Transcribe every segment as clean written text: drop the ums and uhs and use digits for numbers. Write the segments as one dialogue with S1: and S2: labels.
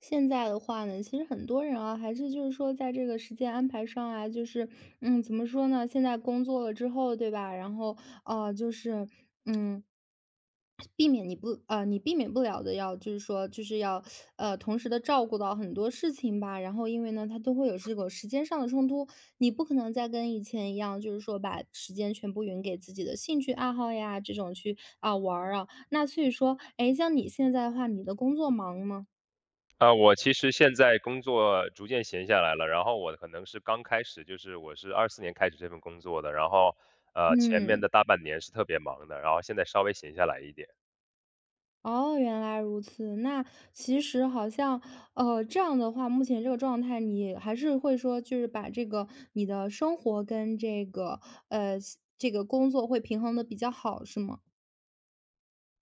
S1: 现在的话呢，其实很多人啊，还是就是说在这个时间安排上啊，就是嗯，怎么说呢？现在工作了之后，对吧？然后就是嗯。避免你避免不了的要就是说就是要同时的照顾到很多事情吧。然后因为呢，他都会有这个时间上的冲突，你不可能再跟以前一样，就是说把时间全部匀给自己的兴趣爱好呀这种去啊、玩儿啊。那所以说，哎，像你现在的话，你的工作忙吗？
S2: 啊，我其实现在工作逐渐闲下来了，然后我可能是刚开始，就是我是24年开始这份工作的，然后，前面
S1: 嗯。
S2: 的大半年是特别忙的，然后现在稍微闲下来一点。
S1: 哦，原来如此。那其实好像，这样的话，目前这个状态，你还是会说，就是把这个你的生活跟这个，呃，这个工作会平衡的比较好，是吗？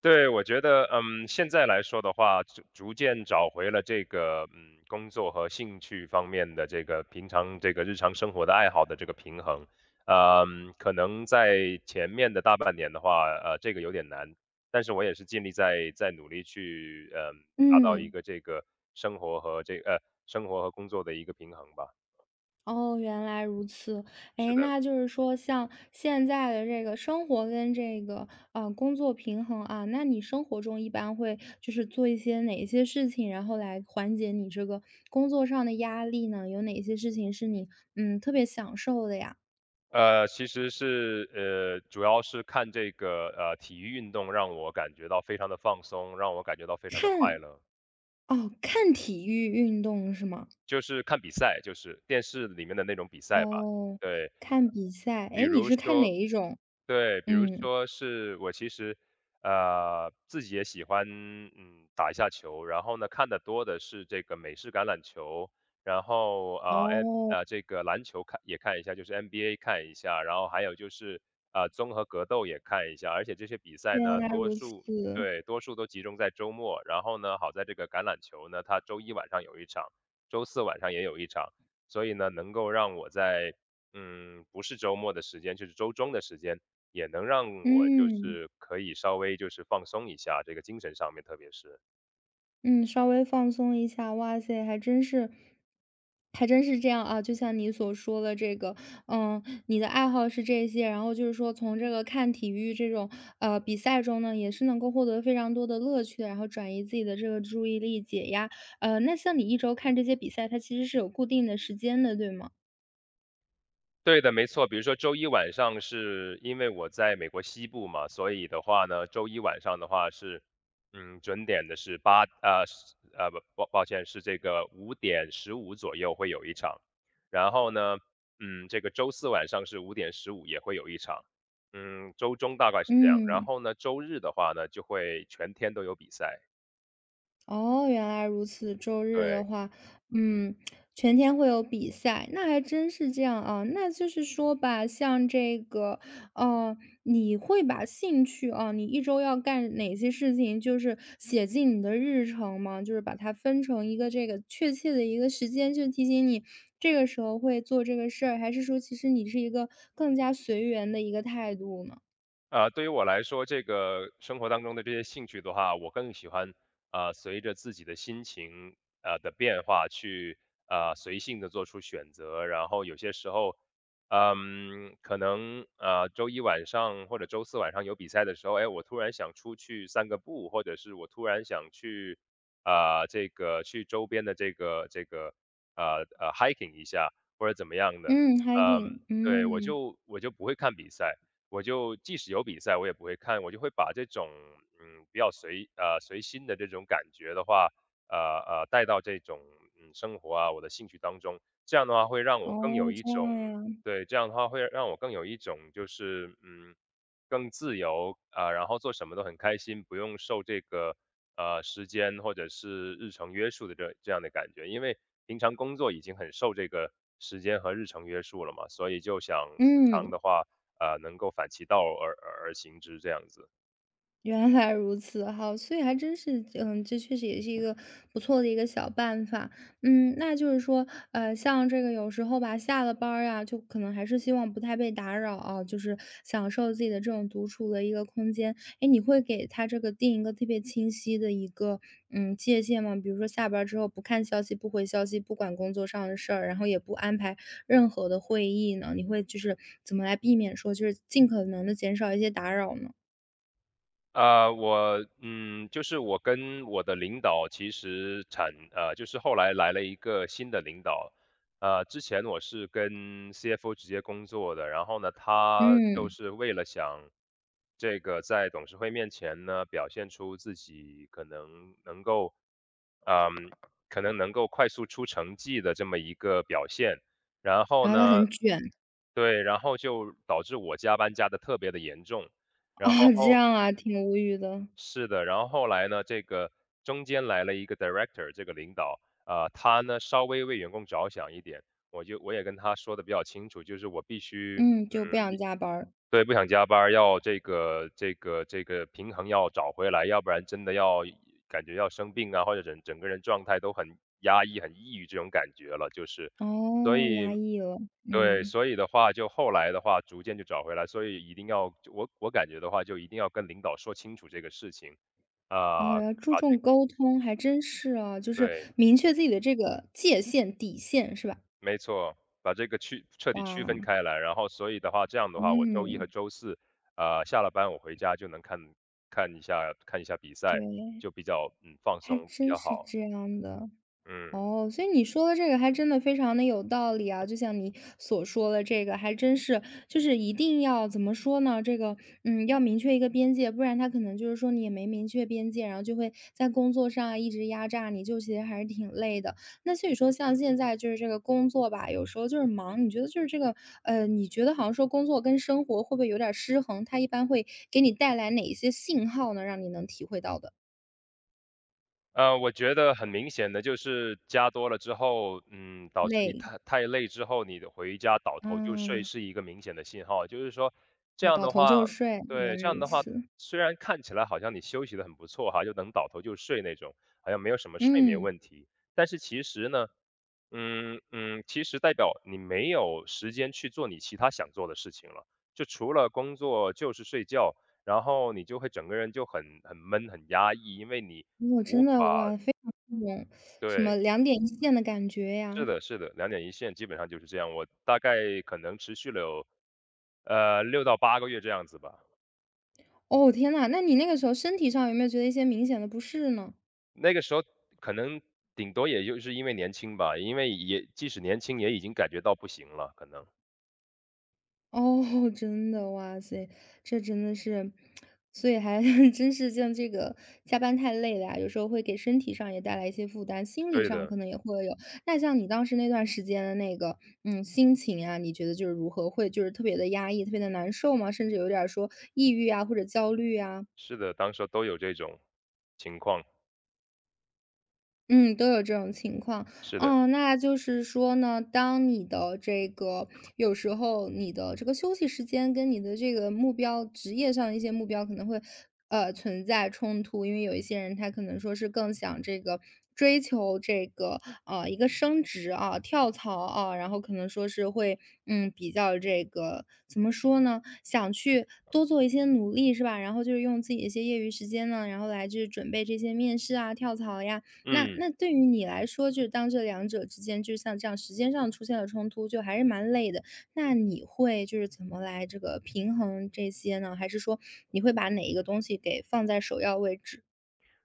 S2: 对，我觉得，现在来说的话，逐渐找回了这个，工作和兴趣方面的这个平常这个日常生活的爱好的这个平衡。可能在前面的大半年的话，这个有点难，但是我也是尽力在努力去，达到一
S1: 嗯。
S2: 个这个生活和这呃生活和工作的一个平衡吧。
S1: 哦，原来如此。
S2: 是
S1: 哎，
S2: 的。
S1: 那就是说像现在的这个生活跟这个，啊工作平衡啊，那你生活中一般会就是做一些哪些事情，然后来缓解你这个工作上的压力呢？有哪些事情是你，嗯，特别享受的呀？
S2: 其实主要是看这个体育运动，让我感觉到非常的放松，让我感觉到非常的快
S1: 看
S2: 乐。
S1: 哦，看体育运动是吗？
S2: 就是看比赛，就是电视里面的那种比赛吧。
S1: 哦，
S2: 对，
S1: 看比赛。
S2: 比
S1: 哎，你
S2: 如
S1: 是看哪
S2: 说
S1: 一种？
S2: 对，比如
S1: 嗯，
S2: 说是我其实，自己也喜欢，打一下球，然后呢，看的多的是这个美式橄榄球，然后
S1: 哦，
S2: 这个篮球看也看一下，就是 NBA 看一下，然后还有就是综合格斗也看一下，而且这些比赛
S1: 原
S2: 呢，
S1: 来
S2: 多
S1: 如此，
S2: 数对多数都集中在周末，然后呢，好在这个橄榄球呢，它周一晚上有一场，周四晚上也有一场，所以呢，能够让我在不是周末的时间，就是周中的时间也能让我就
S1: 嗯。
S2: 是可以稍微就是放松一下，这个精神上面特别是。
S1: 嗯，稍微放松一下，哇塞，还真是，还真是这样啊！就像你所说的这个，嗯，你的爱好是这些，然后就是说从这个看体育这种比赛中呢，也是能够获得非常多的乐趣的然后转移自己的这个注意力、解压。那像你一周看这些比赛，它其实是有固定的时间的，对吗？
S2: 对的，没错。比如说周一晚上是因为我在美国西部嘛，所以的话呢，周一晚上的话是，准点的是不，抱歉,是这个五点十五左右会有一场，然后呢，这个周四晚上是五点十五也会有一场，周中大概是这样，然
S1: 嗯。
S2: 后呢，周日的话呢就会全天都有比赛，
S1: 哦，原来如此。周日的
S2: 对。
S1: 话，嗯，全天会有比赛，那还真是这样啊。那就是说吧，像这个，呃，你会把兴趣啊，你一周要干哪些事情，就是写进你的日程吗？就是把它分成一个这个确切的一个时间，就提醒你这个时候会做这个事儿，还是说其实你是一个更加随缘的一个态度呢？
S2: 对于我来说，这个生活当中的这些兴趣的话，我更喜欢随着自己的心情的变化去随性的做出选择，然后有些时候，可能周一晚上或者周四晚上有比赛的时候，哎，我突然想出去散个步，或者是我突然想去周边的这个 hiking 一下或者怎么样的，
S1: 嗯，hiking，
S2: 对，我
S1: 嗯，
S2: 就我就不会看比赛。我就即使有比赛我也不会看，我就会把这种比较随心的这种感觉的话，呃带到这种生活啊我的兴趣当中，这样的话会让我更有
S1: 哦，
S2: 一
S1: 这
S2: 种
S1: 样呀，
S2: 对，这样的话会让我更有一种就是更自由啊、然后做什么都很开心，不用受这个时间或者是日程约束的这样的感觉，因为平常工作已经很受这个时间和日程约束了嘛，所以就想平常
S1: 嗯。
S2: 的话。能够反其道而行之这样子。
S1: 原来如此，哈，所以还真是，嗯，这确实也是一个不错的一个小办法。嗯，那就是说，像这个有时候吧，下了班儿啊，就可能还是希望不太被打扰啊，就是享受自己的这种独处的一个空间。哎，你会给他这个定一个特别清晰的一个嗯界限吗？比如说下班儿之后不看消息、不回消息、不管工作上的事儿，然后也不安排任何的会议呢？你会就是怎么来避免说，就是尽可能的减少一些打扰呢？
S2: 就是我跟我的领导其实产呃，就是后来来了一个新的领导，之前我是跟 CFO 直接工作的，然后呢，他就
S1: 嗯。
S2: 是为了想这个在董事会面前呢，表现出自己嗯，可能能够快速出成绩的这么一个表现，然后
S1: 然后他
S2: 呢，
S1: 很卷。
S2: 对，然后就导致我加班加的特别的严重。
S1: 哦，
S2: 然后
S1: 这
S2: 后
S1: 样啊，挺无语的。
S2: 是的，然后后来呢，这个中间来了一个 director,这个领导，他呢稍微为员工着想一点，我也跟他说的比较清楚，就是我必须，
S1: 嗯，就不想加班儿。
S2: 对，不想加班儿，要这个平衡要找回来，要不然真的要感觉要生病啊，或者整个人状态都很压抑、很抑郁这种感觉了，就是。所
S1: 哦，压
S2: 以
S1: 抑了，
S2: 对，
S1: 嗯。
S2: 所以的话就后来的话逐渐就找回来，所以一定要我我感觉的话就一定要跟领导说清楚这个事情。
S1: 哦，
S2: 啊，
S1: 要注重沟通，还真是啊，就是
S2: 对。
S1: 明确自己的这个界限、底线是吧？
S2: 没错，把这个彻底区分
S1: 哇，
S2: 开来，然后所以的话，这样的话，我周一
S1: 嗯，
S2: 和周四，下了班我回家就能看一下比赛，
S1: 对，
S2: 就比较放
S1: 还
S2: 松，比
S1: 真
S2: 较
S1: 是
S2: 好，
S1: 这样的。
S2: 嗯。
S1: 哦，所以你说的这个还真的非常的有道理啊，就像你所说的这个，还真是，就是一定要怎么说呢？这个，嗯，要明确一个边界，不然他可能就是说你也没明确边界，然后就会在工作上啊一直压榨你，就其实还是挺累的。那所以说，像现在就是这个工作吧，有时候就是忙，你觉得就是这个，你觉得好像说工作跟生活会不会有点儿失衡？它一般会给你带来哪一些信号呢？让你能体会到的
S2: 我觉得很明显的就是加多了之后，导致你
S1: 累，
S2: 太累之后，你的回家倒头就睡
S1: 嗯。
S2: 是一个明显的信号。就是说，这
S1: 我
S2: 样
S1: 倒
S2: 的
S1: 头就
S2: 话，
S1: 睡，原
S2: 对，
S1: 来
S2: 这样
S1: 如
S2: 的话，
S1: 此。
S2: 虽然看起来好像你休息的很不错哈，就能倒头就睡那种，好像没有什么睡眠
S1: 嗯，
S2: 问题，但是其实呢，其实代表你没有时间去做你其他想做的事情了，就除了工作就是睡觉，然后你就会整个人就很闷、很压抑，因为你
S1: 我
S2: 无
S1: 真的，
S2: 法
S1: 哇，非常那种什么
S2: 对，
S1: 两点一线的感觉呀。
S2: 是的，是的，两点一线基本上就是这样。我大概可能持续了有6到8个月这样子吧。
S1: 哦，天呐，那你那个时候身体上有没有觉得一些明显的不适呢？
S2: 那个时候可能顶多也就是因为年轻吧，因为也即使年轻也已经感觉到不行了，可能。
S1: 哦，真的，哇塞，这真的是，所以还 真是像这个加班太累了呀，有时候会给身体上也带来一些负担，心理
S2: 对
S1: 上
S2: 的，
S1: 可能也会有。那像你当时那段时间的那个，嗯，心情啊，你觉得就是如何？会就是特别的压抑，特别的难受吗？甚至有点儿说抑郁啊，或者焦虑啊？
S2: 是的，当时候都有这种情况，
S1: 嗯，都有这种情况。
S2: 是的。
S1: 哦。那就是说呢，当你的这个有时候你的这个休息时间跟你的这个目标职业上的一些目标可能会，存在冲突。因为有一些人他可能说是更想这个追求这个，一个升职啊、跳槽啊，然后可能说是会，嗯，比较这个怎么说呢，想去多做一些努力，是吧？然后就是用自己的一些业余时间呢，然后来去准备这些面试啊、跳槽呀。那
S2: 嗯，
S1: 那对于你来说，就是当这两者之间，就是像这样时间上出现了冲突，就还是蛮累的。那你会就是怎么来这个平衡这些呢？还是说你会把哪一个东西给放在首要位置？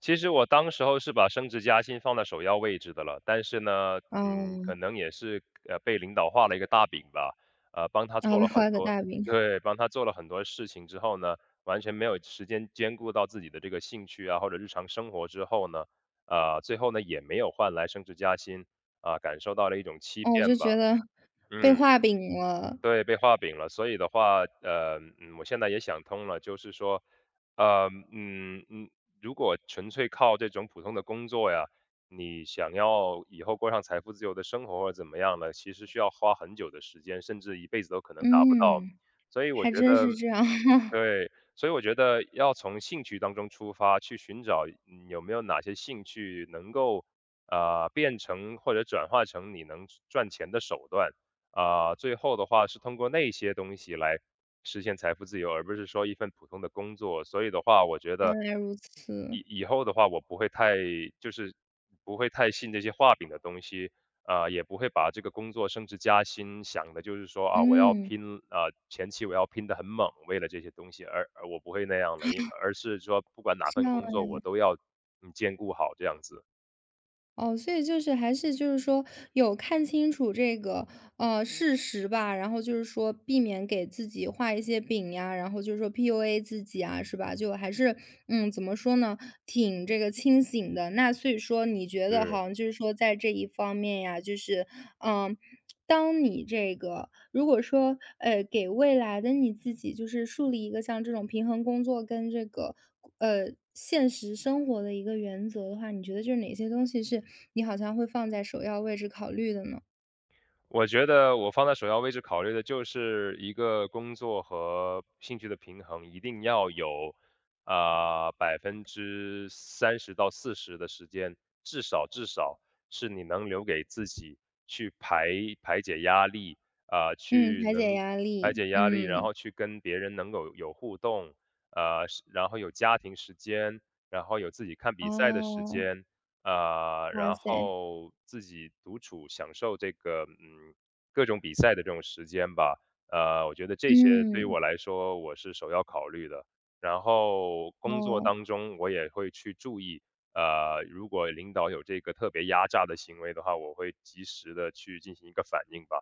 S2: 其实我当时候是把升职加薪放在首要位置的了，但是呢，
S1: 哦，
S2: 可能也是被领导画了一个大饼吧，帮他
S1: 啊，
S2: 做
S1: 被
S2: 了很
S1: 画了个
S2: 多，
S1: 大饼，
S2: 对，帮他做了很多事情之后呢，完全没有时间兼顾到自己的这个兴趣啊或者日常生活之后呢，最后呢也没有换来升职加薪啊、感受到了一种 欺
S1: 哦，
S2: 骗
S1: 就
S2: 吧，
S1: 觉得被
S2: 嗯。
S1: 画饼了。
S2: 对，被画饼了。所以的话，我现在也想通了，就是说，呃，嗯嗯，如果纯粹靠这种普通的工作呀，你想要以后过上财富自由的生活或者怎么样呢，其实需要花很久的时间，甚至一辈子都可能达不到。
S1: 嗯，
S2: 所以我
S1: 还
S2: 觉
S1: 真
S2: 得
S1: 是这样，
S2: 对，所以我觉得要从兴趣当中出发，去寻找有没有哪些兴趣能够变成或者转化成你能赚钱的手段啊、最后的话是通过那些东西来实现财富自由，而不是说一份普通的工作。所以的话，我觉得
S1: 原来如此。
S2: 以后的话，我不会太就是不会太信这些画饼的东西，也不会把这个工作升职加薪想的就是说啊，我要
S1: 嗯，
S2: 拼啊，前期我要拼得很猛，为了这些东西，而我不会那样的，因而是说不管哪
S1: 这
S2: 份
S1: 样
S2: 工作我都要兼顾好这样子，
S1: 哦，所以就是还是就是说有看清楚这个，事实吧，然后就是说避免给自己画一些饼呀，然后就是说 PUA 自己啊，是吧？就还是，嗯，怎么说呢，挺这个清醒的。那所以说你觉得好
S2: 是。
S1: 像就是说在这一方面呀，就是嗯，当你这个如果说，给未来的你自己就是树立一个像这种平衡工作跟这个，现实生活的一个原则的话，你觉得就是哪些东西是你好像会放在首要位置考虑的呢？
S2: 我觉得我放在首要位置考虑的就是一个工作和兴趣的平衡，一定要有，啊，30%到40%的时间，至少至少是你能留给自己去排解压力，啊，
S1: 嗯，
S2: 去
S1: 排解
S2: 能
S1: 压
S2: 排
S1: 力，
S2: 解压力，然
S1: 嗯，
S2: 后去跟别人能够有互动，啊，然后有家庭时间，然后有自己看比赛的时
S1: 哦，
S2: 间，啊，
S1: 哇
S2: 然
S1: 塞，
S2: 后自己独处享受这个，各种比赛的这种时间吧。我觉得这些对于
S1: 嗯，
S2: 我来说，我是首要考虑的。然后工作
S1: 哦。
S2: 当中，我也会去注意，如果领导有这个特别压榨的行为的话，我会及时的去进行一个反应吧。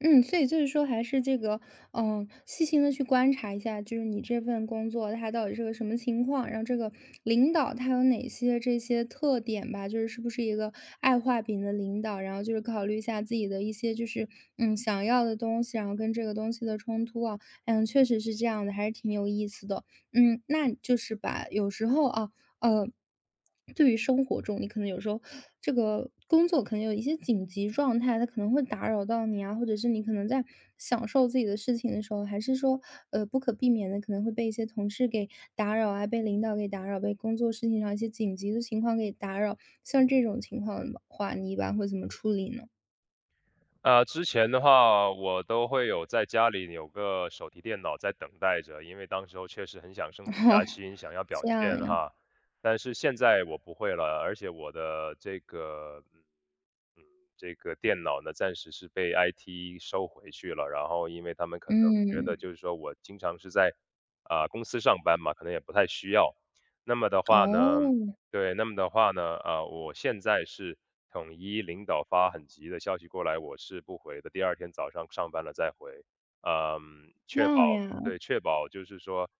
S1: 嗯，所以就是说还是这个，嗯，细心的去观察一下，就是你这份工作它到底是个什么情况，然后这个领导他有哪些这些特点吧，就是是不是一个爱画饼的领导，然后就是考虑一下自己的一些就是，嗯，想要的东西，然后跟这个东西的冲突啊，嗯，确实是这样的，还是挺有意思的。嗯，那就是把有时候啊，呃，对于生活中，你可能有时候这个工作可能有一些紧急状态，它可能会打扰到你啊，或者是你可能在享受自己的事情的时候，还是说，不可避免的可能会被一些同事给打扰啊，被领导给打扰，被工作事情上一些紧急的情况给打扰。像这种情况的话，你一般会怎么处理呢？
S2: 之前的话，我都会有在家里有个手提电脑在等待着，因为当时候确实很想 升职
S1: 哦，
S2: 加薪，想要表
S1: 这样
S2: 现
S1: 呀，
S2: 哈。但是现在我不会了，而且我的嗯，这个电脑呢，暂时是被 IT 收回去了。然后，因为他们可能觉得，
S1: 嗯，
S2: 就是说我经常是在啊、公司上班嘛，可能也不太需要。那么的话呢，
S1: 哦，
S2: 对，那么的话呢，我现在是统一领导发很急的消息过来，我是不回的。第二天早上上班了再回，嗯，
S1: 这
S2: 确保
S1: 样呀，
S2: 对,确保就是说，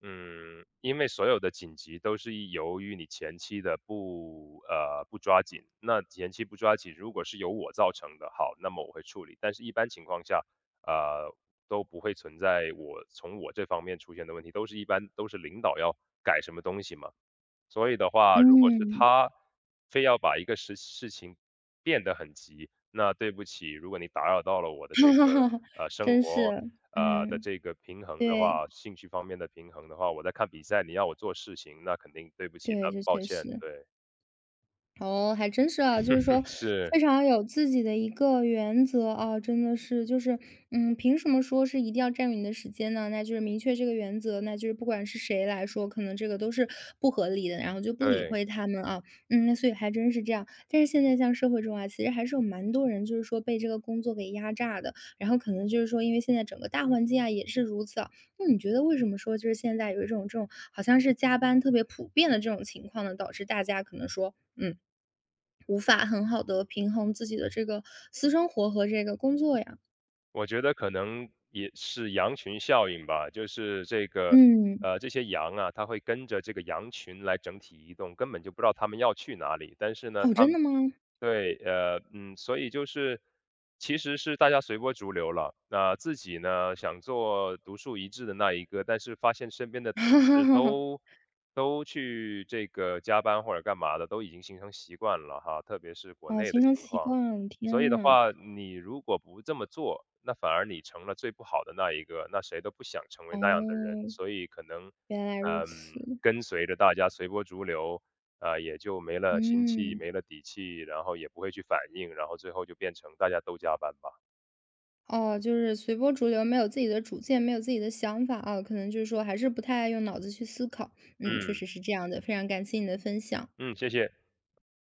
S2: 因为所有的紧急都是由于你前期的不抓紧，那前期不抓紧，如果是由我造成的，好，那么我会处理。但是一般情况下，呃，都不会存在从我这方面出现的问题，一般都是领导要改什么东西嘛。所以的话，如果是
S1: 嗯，
S2: 他非要把一个事情变得很急，那对不起，如果你打扰到了我的这
S1: 哈
S2: 个
S1: 哈哈
S2: 生
S1: 真是，
S2: 活的
S1: 嗯，
S2: 这个平衡的
S1: 对。
S2: 话，兴趣方面的平衡的话，我在看比赛，你要我做事情，那肯定对不起，
S1: 对，
S2: 那
S1: 这
S2: 抱
S1: 确
S2: 歉，
S1: 实。
S2: 对，
S1: 哦，还真是啊，就是说
S2: 是，
S1: 非常有自己的一个原则啊，真的是，就是，嗯，凭什么说是一定要占用你的时间呢？那就是明确这个原则，那就是不管是谁来说，可能这个都是不合理的，然后就不理
S2: 对，
S1: 会他们啊。嗯，那所以还真是这样。但是现在像社会中啊，其实还是有蛮多人就是说被这个工作给压榨的，然后可能就是说，因为现在整个大环境啊也是如此啊。那你觉得为什么说就是现在有一种这种好像是加班特别普遍的这种情况呢？导致大家可能说，嗯。无法很好的平衡自己的这个私生活和这个工作呀。
S2: 我觉得可能也是羊群效应吧，就是这个。
S1: 嗯，
S2: 这些羊啊，它会跟着这个羊群来整体移动，根本就不知道它们要去哪里。但是呢，
S1: 哦，
S2: 它
S1: 真的吗？
S2: 对，呃，嗯，所以就是其实是大家随波逐流了。那自己呢，想做独树一帜的那一个，但是发现身边的同事都 都去这个加班或者干嘛的，都已经形成习惯了哈，特别是国
S1: 哦，
S2: 内的
S1: 形
S2: 情
S1: 成习
S2: 况。
S1: 惯了
S2: 所以
S1: 天
S2: 的
S1: 呐，
S2: 话，你如果不这么做，那反而你成了最不好的那一个，那谁都不想成为那样的人，
S1: 哦，
S2: 所以可能，
S1: 原来如此。
S2: 跟随着大家随波逐流。啊，也就没了心气，
S1: 嗯，
S2: 没了底气，然后也不会去反应，然后最后就变成大家都加班吧。
S1: 哦，就是随波逐流，没有自己的主见，没有自己的想法啊，可能就是说还是不太爱用脑子去思考。嗯，确
S2: 嗯，
S1: 实是这样的，非常感谢你的分享。
S2: 嗯，谢谢。